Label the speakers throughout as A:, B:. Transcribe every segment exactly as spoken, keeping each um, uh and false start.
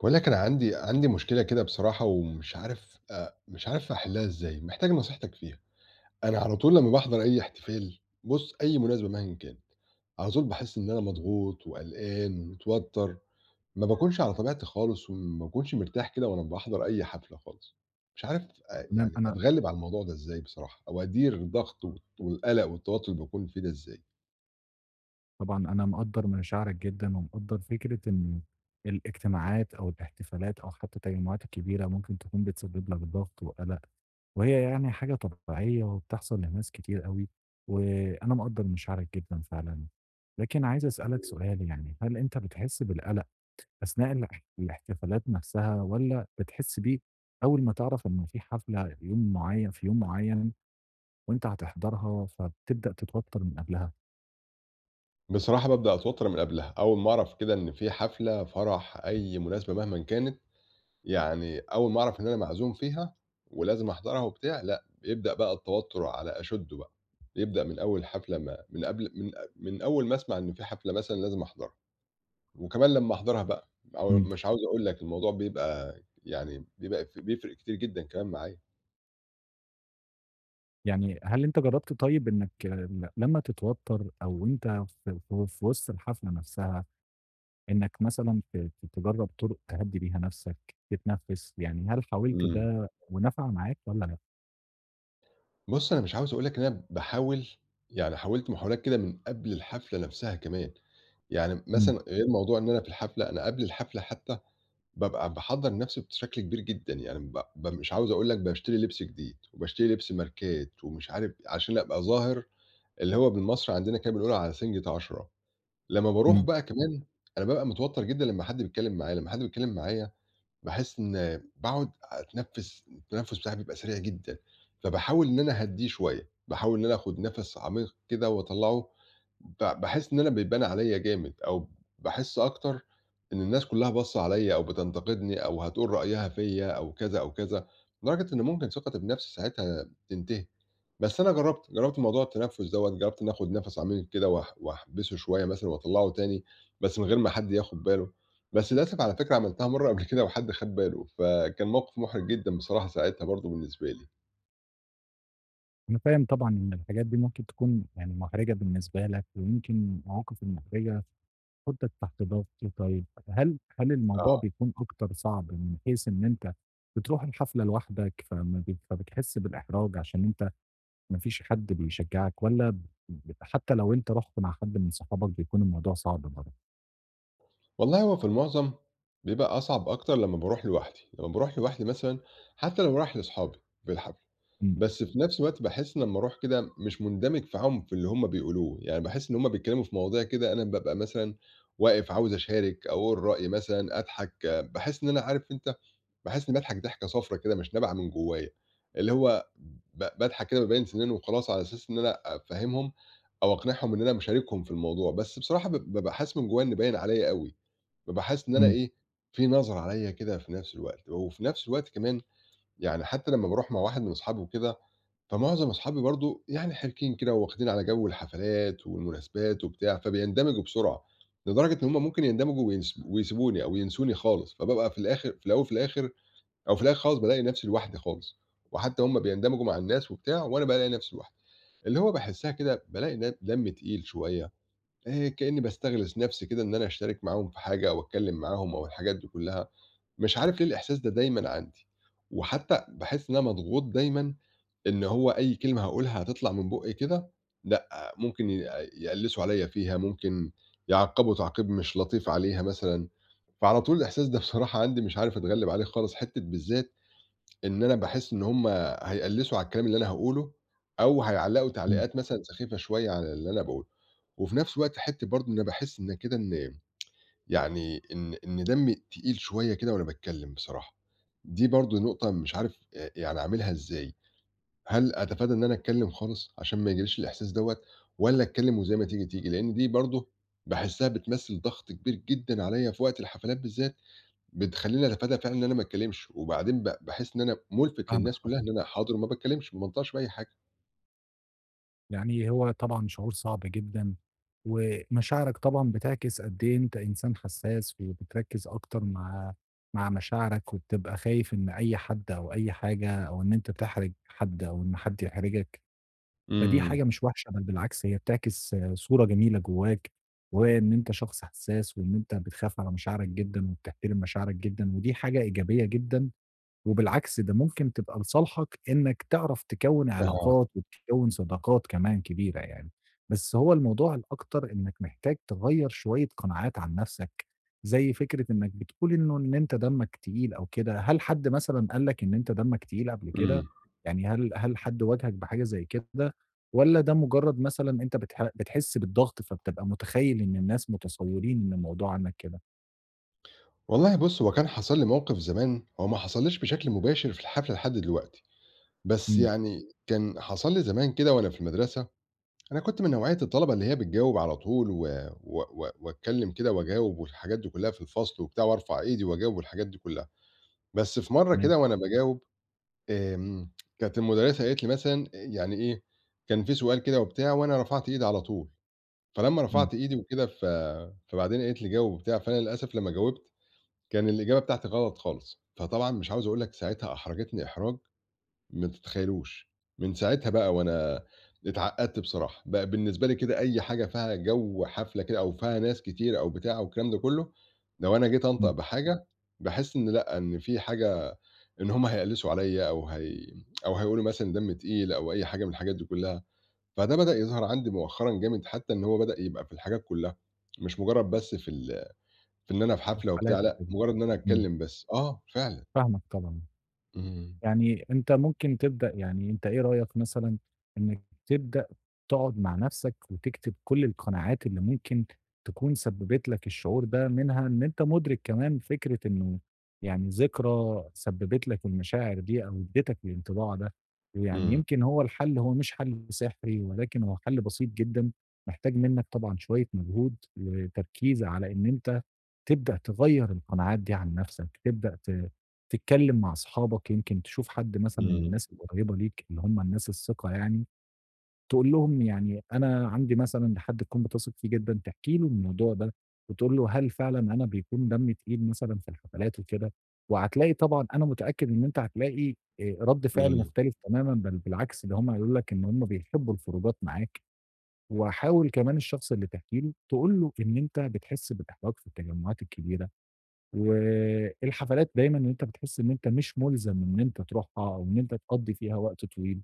A: باقول لك أنا عندي عندي مشكلة كده بصراحة ومش عارف آآ مش عارف أحلّها إزاي، محتاج نصيحتك فيها. أنا على طول لمّا باحضر أي احتفال، بُص أي مناسبة مهما كانت، على طول باحس إن أنا مضغوط وقلقان ومتوتر، ما باكونش على طبيعتي خالص وما باكونش مرتاح كده وأنا باحضر أي حفلة خالص. مش عارف أ
B: تمام،
A: يعني
B: أنا
A: أتغلّب على الموضوع ده إزاي بصراحة أو أدير الضغط والت والقلق والتوتر اللي باكون فيه ده إزاي؟
B: طبعًا أنا مقدّر مشاعرك جدًا، ومقدّر فكرة إن الاجتماعات أو الاحتفالات أو حتى التجمعات الكبيرة ممكن تكون بتسبب لك ضغط وقلق، وهي يعني حاجة طبيعية وبتحصل لناس كتير أوي، وأنا مقدّر مشاعرك جدًا فعلًا. لكن عايز أسألك سؤال يعني، هل أنت بتحس بالقلق أثناء الاح الاحتفالات نفسها، والّا بتحس بيه أول ما تعرف إن في حفلة يوم معين في يوم معين وأنت هتحضرها، فبتبدأ تتوتر من قبلها؟
A: بصراحة بابدأ أتوتر من قبلها، أول ما أعرف كده إن في حفلة، فرح، أي مناسبة مهمًا كانت، يعني أول ما أعرف إن أنا معزوم فيها ولازم أحضرها وبتاع، لأ، بيبدأ بقى التوتُّر على أشُدُّه بقى، يبدأ من أول حفلة ما من قبل من من أول ما أسمع إن في حفلة مثلًا لازم أحضرها، وكمان لمّا أحضرها بقى، أو
B: إمم.
A: مش عاوز أقول لك الموضوع بيبقى يعني بيبقى ف بيفرق كتير جدًا كمان معايا.
B: يعني هل أنت جرّبت طيب إنّك ل لمّا تتوتّر أو أنت في في في وسط الحفلة نفسها، إنّك مثلًا ت ت تجرّب طُرق تهدّي بيها نفسك، تتنفّس، يعني هل حاولت
A: إمم.
B: ده ونفع معاك والّا لأ؟
A: بُص، أنا مش عاوز أقول لك إن أنا باحاول يعني حاولت محاولات كده من قبل الحفلة نفسها كمان، يعني
B: إمم،
A: مثلًا غير موضوع إن أنا في الحفلة، أنا قبل الحفلة حتى بابقى باحضّر نَفْسي بشكل كبير جدًا، يعني ب ب مش عاوز أقول لك باشتري لبس جديد، وباشتري لبس ماركات ومش عارف عشان أبقى ظاهر اللي هو بالمصري عندنا كده بنقول على سِنجة عشرة، لمّا باروح
B: إمم.
A: بقى كمان أنا بابقى متوتّر جدًا لمّا حد بيتكلّم معايا، لمّا حد بيتكلّم معايا باحس إن باقعد أتنفس، التنفس بتاعي بيبقى سريع جدًا، فباحاول إن أنا أهدّيه شوية، باحاول إن أنا آخُد نَفَس عميق كده وأطلّعه، ب باحس إن أنا بيبان عليّا جامد أو باحس أكتر إن الناس كُلّها باصّة عليّا أو بتنتقدني أو هتقول رأيها فيّا أو كذا، أو كذا، لدرجة إن ممكن ثقتي بنَفْسي ساعتها تنتهي. بس أنا جرّبت، جرّبت موضوع التنفُّس دوّة، جرّبت إنّي آخُد نَفَس عميق كده وأح وأحبسه شوية مثلًا وأطلّعه تاني، بس من غير ما حد ياخُد باله، بس للأسف على فكرة عملتها مرّة قبل كده وحد خَد باله، فكان موقِف مُحرِج جدًا بصراحة ساعتها برضه بالنسبة لي.
B: أنا فاهم طبعًا إن الحاجات دي ممكن تكون يعني محرجة بالنسبة لك، ويمكن المواقف المحرجة تحطّك تحت ضغط، طيب هل هل الموضوع
A: آه.
B: بيكون أكتر صعب من حيث إن أنت بتروح الحفلة لوحدك فما بت فبتحس بالإحراج عشان أنت ما فيش حد بيشجّعك والّا ب ب حتّى لو أنت رُحت مع حد من صحابك بيكون الموضوع صعب برضه.
A: والله هو في المعظم بيبقى أصعب أكتر لمّا باروح لوحدي، لمّا باروح لوحدي مثلًا حتّى لو رايح لأصحابي في الح
B: إمم،
A: بس في نفس الوقت باحس إن لمّا أروح كده مش مندمج معاهم في اللي هم بيقولوه، يعني باحس إن هم بيتكلموا في مواضيع كده أنا بابقى مثلًا واقف عاوز أشارك أو أقول رأيي مثلًا، أضحك، باحس إن أنا عارف أنت باحس إني باضحك ضحكة صفرا كده مش نابعة من جوايا، اللي هو ب باضحك كده بابين سناني وخلاص على أساس إن أنا أفهّمهم أو أقنعهم إن أنا مشاركهم في الموضوع، بس بصراحة ب بابقى حاسس من جوايا إن باين عليَّ أوي، بابقى حاسس إن أنا
B: إمم،
A: إيه، في نظرة عليَّ كده في نفس الوقت، وفي نفس الوقت كمان يعني حتى لمّا باروح مع واحد من أصحابي وكده فمعظم أصحابي برضه يعني حركيين كده وواخدين على جو الحفلات والمناسبات وبتاع، فبيندمجوا بسرعة، لدرجة إن هُم ممكن يندمجوا وينس ويسيبوني أو ينسوني خالص، فبابقى في الآخر في الأول وفي الآخر أو في الآخر خالص بالاقي نفسي لوحدي خالص، وحتى هُم بيندمجوا مع الناس وبتاع وأنا بالاقي نفسي لوحدي، اللي هو باحسها كده بالاقي د دمي تقيل شوية، آآ كإني باستغلس نفسي كده إن أنا أشترك معاهم في حاجة أو أتكلم معاهم أو الحاجات دي كلها، مش عارف ليه الإحساس ده دايمًا عندي، وحتى باحس إن أنا مضغوط دايمًا إن هو أي كلمة هاقولها هتطلع من بُقّي كده، لأ، ممكن ي يقلّسوا عليّا فيها، ممكن يعَقّبوا تعقيب مش لطيف عليها مثلًا، فعلى طول الإحساس ده بصراحة عندي مش عارف أتغلّب عليه خالص، حتّة بالذات إن أنا باحس إن هُم هيقلّسوا على الكلام اللي أنا هاقوله أو هيعلّقوا
B: إمم،
A: تعليقات مثلًا سخيفة شوية على اللي أنا باقوله، وفي نفس الوقت حتّة برضه إن أنا باحس إن كده إن يعني إن إن دمّي تقيل شوية كده وأنا باتكلّم بصراحة، دي برضه نقطة مش عارف آآ يعني أعملها إزاي؟ هل أتفادى إن أنا أتكلم خالص عشان ما يجيليش الإحساس دوّة، والّا أتكلم وزي ما تيجي، تيجي؟ لإن دي برضه باحسّها بتمثّل ضغط كبير جدًا عليّا في وقت الحفلات بالذات، بتخلّيني أتفادى فعلًا إن أنا ما أتكلمش، وبعدين ب باحس إن أنا مُلفت
B: فاهمك
A: للناس كلّها
B: طبعًا.
A: إن أنا حاضر وما باتكلمش، ما بانطقش بأي حاجة.
B: يعني هو طبعًا شعور صعب جدًا، ومشاعرك طبعًا بتعكس قد إيه أنت إنسان حسّاس وبتركّز أكتر مع مع مشاعرك وبتبقى خايف إن أي حد أو أي حاجة أو إن أنت تحرج حد أو إن حد يحرجك. فدي
A: إمم.
B: حاجة مش وحشة، بل بالعكس هي بتعكس آه، صورة جميلة جواك، وهي إن أنت شخص حساس وإن أنت بتخاف على مشاعرك جدًا وبتحترم مشاعرك جدًا، ودي حاجة إيجابية جدًا وبالعكس ده ممكن تبقى لصالحك إنك تعرف تكوّن
A: أها،
B: علاقات وتكوّن صداقات كمان كبيرة يعني، بس هو الموضوع الأكتر إنك محتاج تغيّر شوية قناعات عن نَفْسك، زي فكرة إنك بتقول إنه إن أنت دمك تقيل أو كده، هل حد مثلًا قال لك إن أنت دمك تقيل قبل كده؟
A: إمم.
B: يعني هل هل حد واجهك بحاجة زي كده والّا ده مجرّد مثلًا أنت بتح بتحس بالضغط فبتبقى متخيّل إن الناس متسيّرين إن الموضوع عنّك كده؟
A: والله بُص، هو كان حصل لي موقف زمان، هو ما حصلّيش بشكل مباشر في الحفلة لحد دلوقتي، بس
B: إمم،
A: يعني كان حصل لي زمان كده وأنا في المدرسة أنا كنت من نوعية الطلبة اللي هي بتجاوب على طول و و و وأتكلّم كده وأجاوب والحاجات دي كلّها في الفصل وبتاع وأرفع إيدي وأجاوب والحاجات دي كلّها، بس في مرّة
B: تمام،
A: كده وأنا باجاوب آمم، كانت المُدرّسة قالت لي مثلًا آآ يعني إيه، كان في سؤال كده وبتاع وأنا رفعت إيدي على طول، فلمّا
B: إمم،
A: رفعت إيدي وكده ف فبعدين قالت لي جاوب وبتاع، فأنا للأسف لمّا جاوبت كان الإجابة بتاعتي غلط خالص، فطبعًا مش عاوز أقول لك ساعتها أحرجتني إحراج ما تتخيلوش. من ساعتها بقى وأنا اتعقدت بصراحة، بقى بالنسبة لي كده أي حاجة فيها جو حفلة كده أو فيها ناس كتير أو بتاع والكلام ده كله، لو أنا جيت أنطق
B: إمم،
A: بحاجة باحس إن لأ، إن في حاجة إن هم هيقلِّسوا عليَّ أو هي أو هيقولوا مثلًا دم تقيل أو أي حاجة من الحاجات دي كلها، فده بدأ يظهر عندي مؤخرًا جامد حتى إن هو بدأ يبقى في الحاجات كلها، مش مجرد بس في ال في إن أنا في
B: مش
A: حفلة
B: حالات
A: وبتاع، لأ،
B: وكده.
A: مجرد إن أنا
B: إمم.
A: أتكلم بس. آه، فعلًا.
B: فاهمك طبعًا،
A: إمم،
B: يعني أنت ممكن تبدأ يعني أنت إيه رأيك مثلًا إنك تبدأ تقعد مع نفسك وتكتب كل القناعات اللي ممكن تكون سببت لك الشعور ده، منها إن أنت مدرك كمان فكرة إنه يعني ذكرى سببت لك المشاعر دي أو اديتك الانطباع ده، ويعني
A: إمم،
B: يمكن هو الحل هو مش حل سحري ولكن هو حل بسيط جدًا، محتاج منك طبعًا شوية مجهود وتركيز على إن أنت تبدأ تغيّر القناعات دي عن نفسك، تبدأ ت تتكلّم مع أصحابك يمكن تشوف حد مثلًا من
A: إمم،
B: الناس القريّبة ليك اللي هم الناس الثقة يعني، تقول لهم يعني أنا عندي مثلًا حد تكون بتثق فيه جدًا، تحكي له الموضوع ده وتقول له هل فعلًا أنا بيكون دمّي تقيل مثلًا في الحفلات وكده، وهتلاقي طبعًا أنا متأكد إن أنت هتلاقي آآ رَد فعل
A: إمم،
B: مختلف تمامًا، بل بالعكس ده هم هيقولوا لك إن هم بيحبّوا الخروجات معاك، وحاول كمان الشخص اللي تحكي له تقول له إن أنت بتحس بالإحراج في التجمعات الكبيرة. والحفلات دايمًا إن أنت بتحس إن أنت مش مُلزم إن أنت تروحها أو إن أنت تقضّي فيها وقت طويل،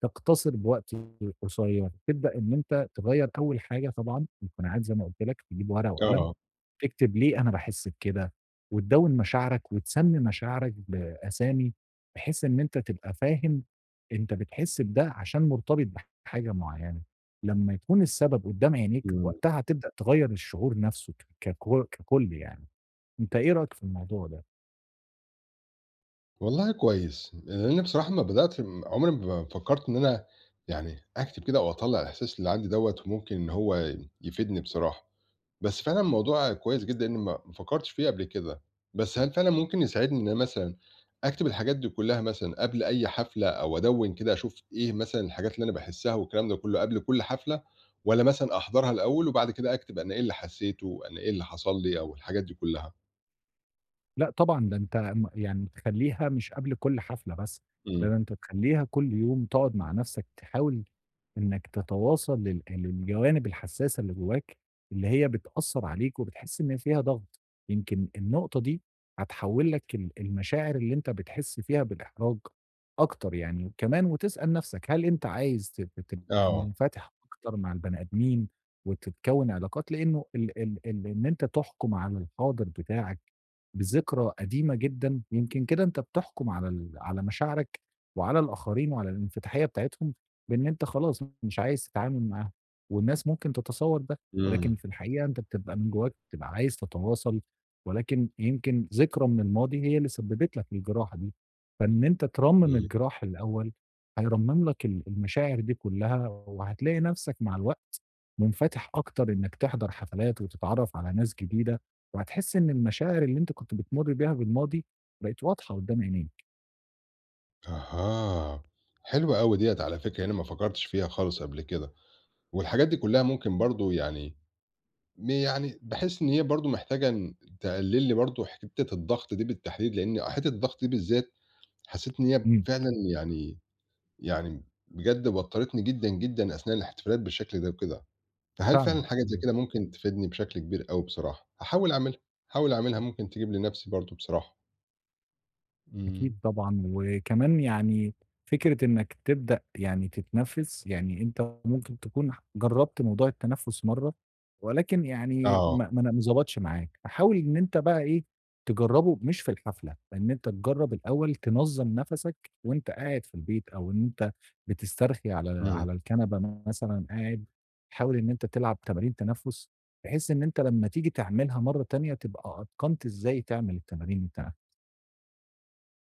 B: تقتصر بوقت قصير، تبدأ إن أنت تغيّر أول حاجة طبعًا القناعات زي ما قُلت لك، تجيب ورقة وقلم،
A: آه،
B: تكتب ليه أنا باحس بكده، وتدوّن مشاعرك وتسمّي مشاعرك بأسامي، بحيث إن أنت تبقى فاهم أنت بتحس بده عشان مرتبط بحاجة معيّنة، لمّا يكون السبب قدّام عينيك
A: إمم.
B: وقتها هتبدأ تغيّر الشعور نَفْسه ك ككل ككل يعني. أنت إيه رأيك في الموضوع ده؟
A: والله كويس، لإن بصراحة أمّا بدأت م عمري ما فكّرت إن أنا يعني أكتب كده أو أطلّع الإحساس اللي عندي دوّة وممكن إن هو يفيدني بصراحة، بس فعلًا الموضوع كويس جدًا لإني ما ما فكّرتش فيه قبل كده، بس هل فعلًا ممكن يساعدني إن أنا مثلًا أكتب الحاجات دي كُلّها مثلًا قبل أي حفلة أو أدوّن كده أشوف إيه مثلًا الحاجات اللي أنا باحسّها والكلام ده كُلّه قبل كل حفلة والّا مثلًا أحضرها الأول وبعد كده أكتب أنا إيه اللي حسّيته، أنا إيه اللي حصل لي أو الحاجات دي كُلّها؟
B: لأ طبعًا، ده أنت م يعني تخلّيها مش قبل كل حفلة بس، ده
A: إمم،
B: ده أنت تخلّيها كل يوم تقعد مع نَفْسك تحاول إنّك تتواصل لل للجوانب الحساسة اللي جواك، اللي هي بتأثّر عليك وبتحس إن فيها ضغط، يمكن النقطة دي هتحوّل لك ال المشاعر اللي أنت بتحس فيها بالإحراج أكتر يعني، وكمان وتسأل نَفْسك هل أنت عايز ت تبقى
A: آه،
B: منفتح أكتر مع البني آدمين وتتكوّن علاقات؟ لإنه ال ال ال إن أنت تحكم على الحاضر بتاعك بذكرى قديمة جدًا، يمكن كده أنت بتحكم على ال على مشاعرك وعلى الآخرين وعلى الانفتاحية بتاعتهم بإن أنت خلاص مش عايز تتعامل معاهم، والناس ممكن تتصور ده،
A: إمم،
B: ولكن في الحقيقة أنت بتبقى من جواك بتبقى عايز تتواصل، ولكن يمكن ذكرى من الماضي هي اللي سببت لك الجراحة دي، فإن أنت ترمم
A: إمم.
B: الجراح الأول هيرمم لك ال المشاعر دي كلها، وهتلاقي نفسك مع الوقت منفتح أكتر إنك تحضر حفلات وتتعرف على ناس جديدة. وهتحسّي إن المشاعر اللي أنتِ كنتِ بتمُرّي بيها بالماضي بقت واضحة قدّام عينيك.
A: أها، حلوة أوي ديّة على فكرة، أنا ما فكرتش فيها خالص قبل كده، والحاجات دي كلّها ممكن برضه يعني م يعني باحس إن هي برضه محتاجة إن تقلل لي برضه حتّة الضغط دي بالتحديد، لإن حتّة الضغط دي بالذات حسّيت إن هي
B: إمم،
A: فعلًا يعني يعني بجد وتّرتني جدًا، جدًا أثناء الاحتفالات بالشكل ده وكده، فهل فعلًا
B: فعلًا.
A: حاجة زي كده ممكن تفيدني بشكل كبير أوي بصراحة، هاحاول أعملها، هاحاول أعملها ممكن تجيب لنَفْسي برضه بصراحة،
B: أكيد
A: إمم،
B: طبعًا، وكمان يعني فكرة إنك تبدأ يعني تتنفّس، يعني أنت ممكن تكون ح جرّبت موضوع التنفّس مرّة، ولكن يعني
A: آه،
B: ما ما ن ما ضبطش معاك، فحاول إن أنت بقى إيه، تجرّبه مش في الحفلة، إن أنت تجرّب الأول تنظّم نَفَسك وأنت قاعد في البيت، أو إن أنت بتسترخي على
A: إمم.
B: على الكنبة مثلًا قاعد، حاول إن أنت تلعب تمارين تنفّس، بحيث إن أنت لمّا تيجي تعملها مرّة تانية تبقى أتقنت إزاي تعمل التمارين التن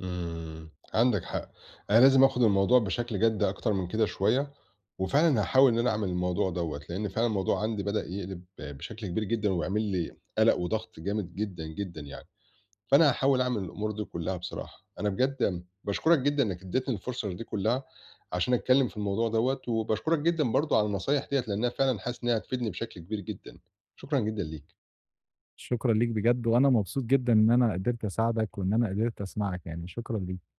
A: إمم، عندِك حق، أنا لازم آخُد الموضوع بشكل جَد أكتر من كده شوية، وفعلًا هاحاول إن أنا أعمل الموضوع دوّة، لإن فعلًا الموضوع عندي بدأ يقلب بشكل كبير جدًا، وبيعمل لي قَلَق وضغط جامد جدًا، جدًا يعني، فأنا هاحاول أعمل الأمور دي كلّها بصراحة، أنا بجد باشكرك جدًا إنّك ادّيتني الفرصة دي كلّها عشان أتكلّم في الموضوع دوّة، وباشكرك جدًا برضه على النصايح ديّة، لإنّها فعلًا حاسس إنّها هتفيدني بشكل كبير جدًا، شكرًا جدًا ليك.
B: شكرًا ليك بجد، وأنا مبسوط جدًا إن أنا قدرت أساعدك وإن أنا قدرت أسمعك يعني، شكرًا ليك.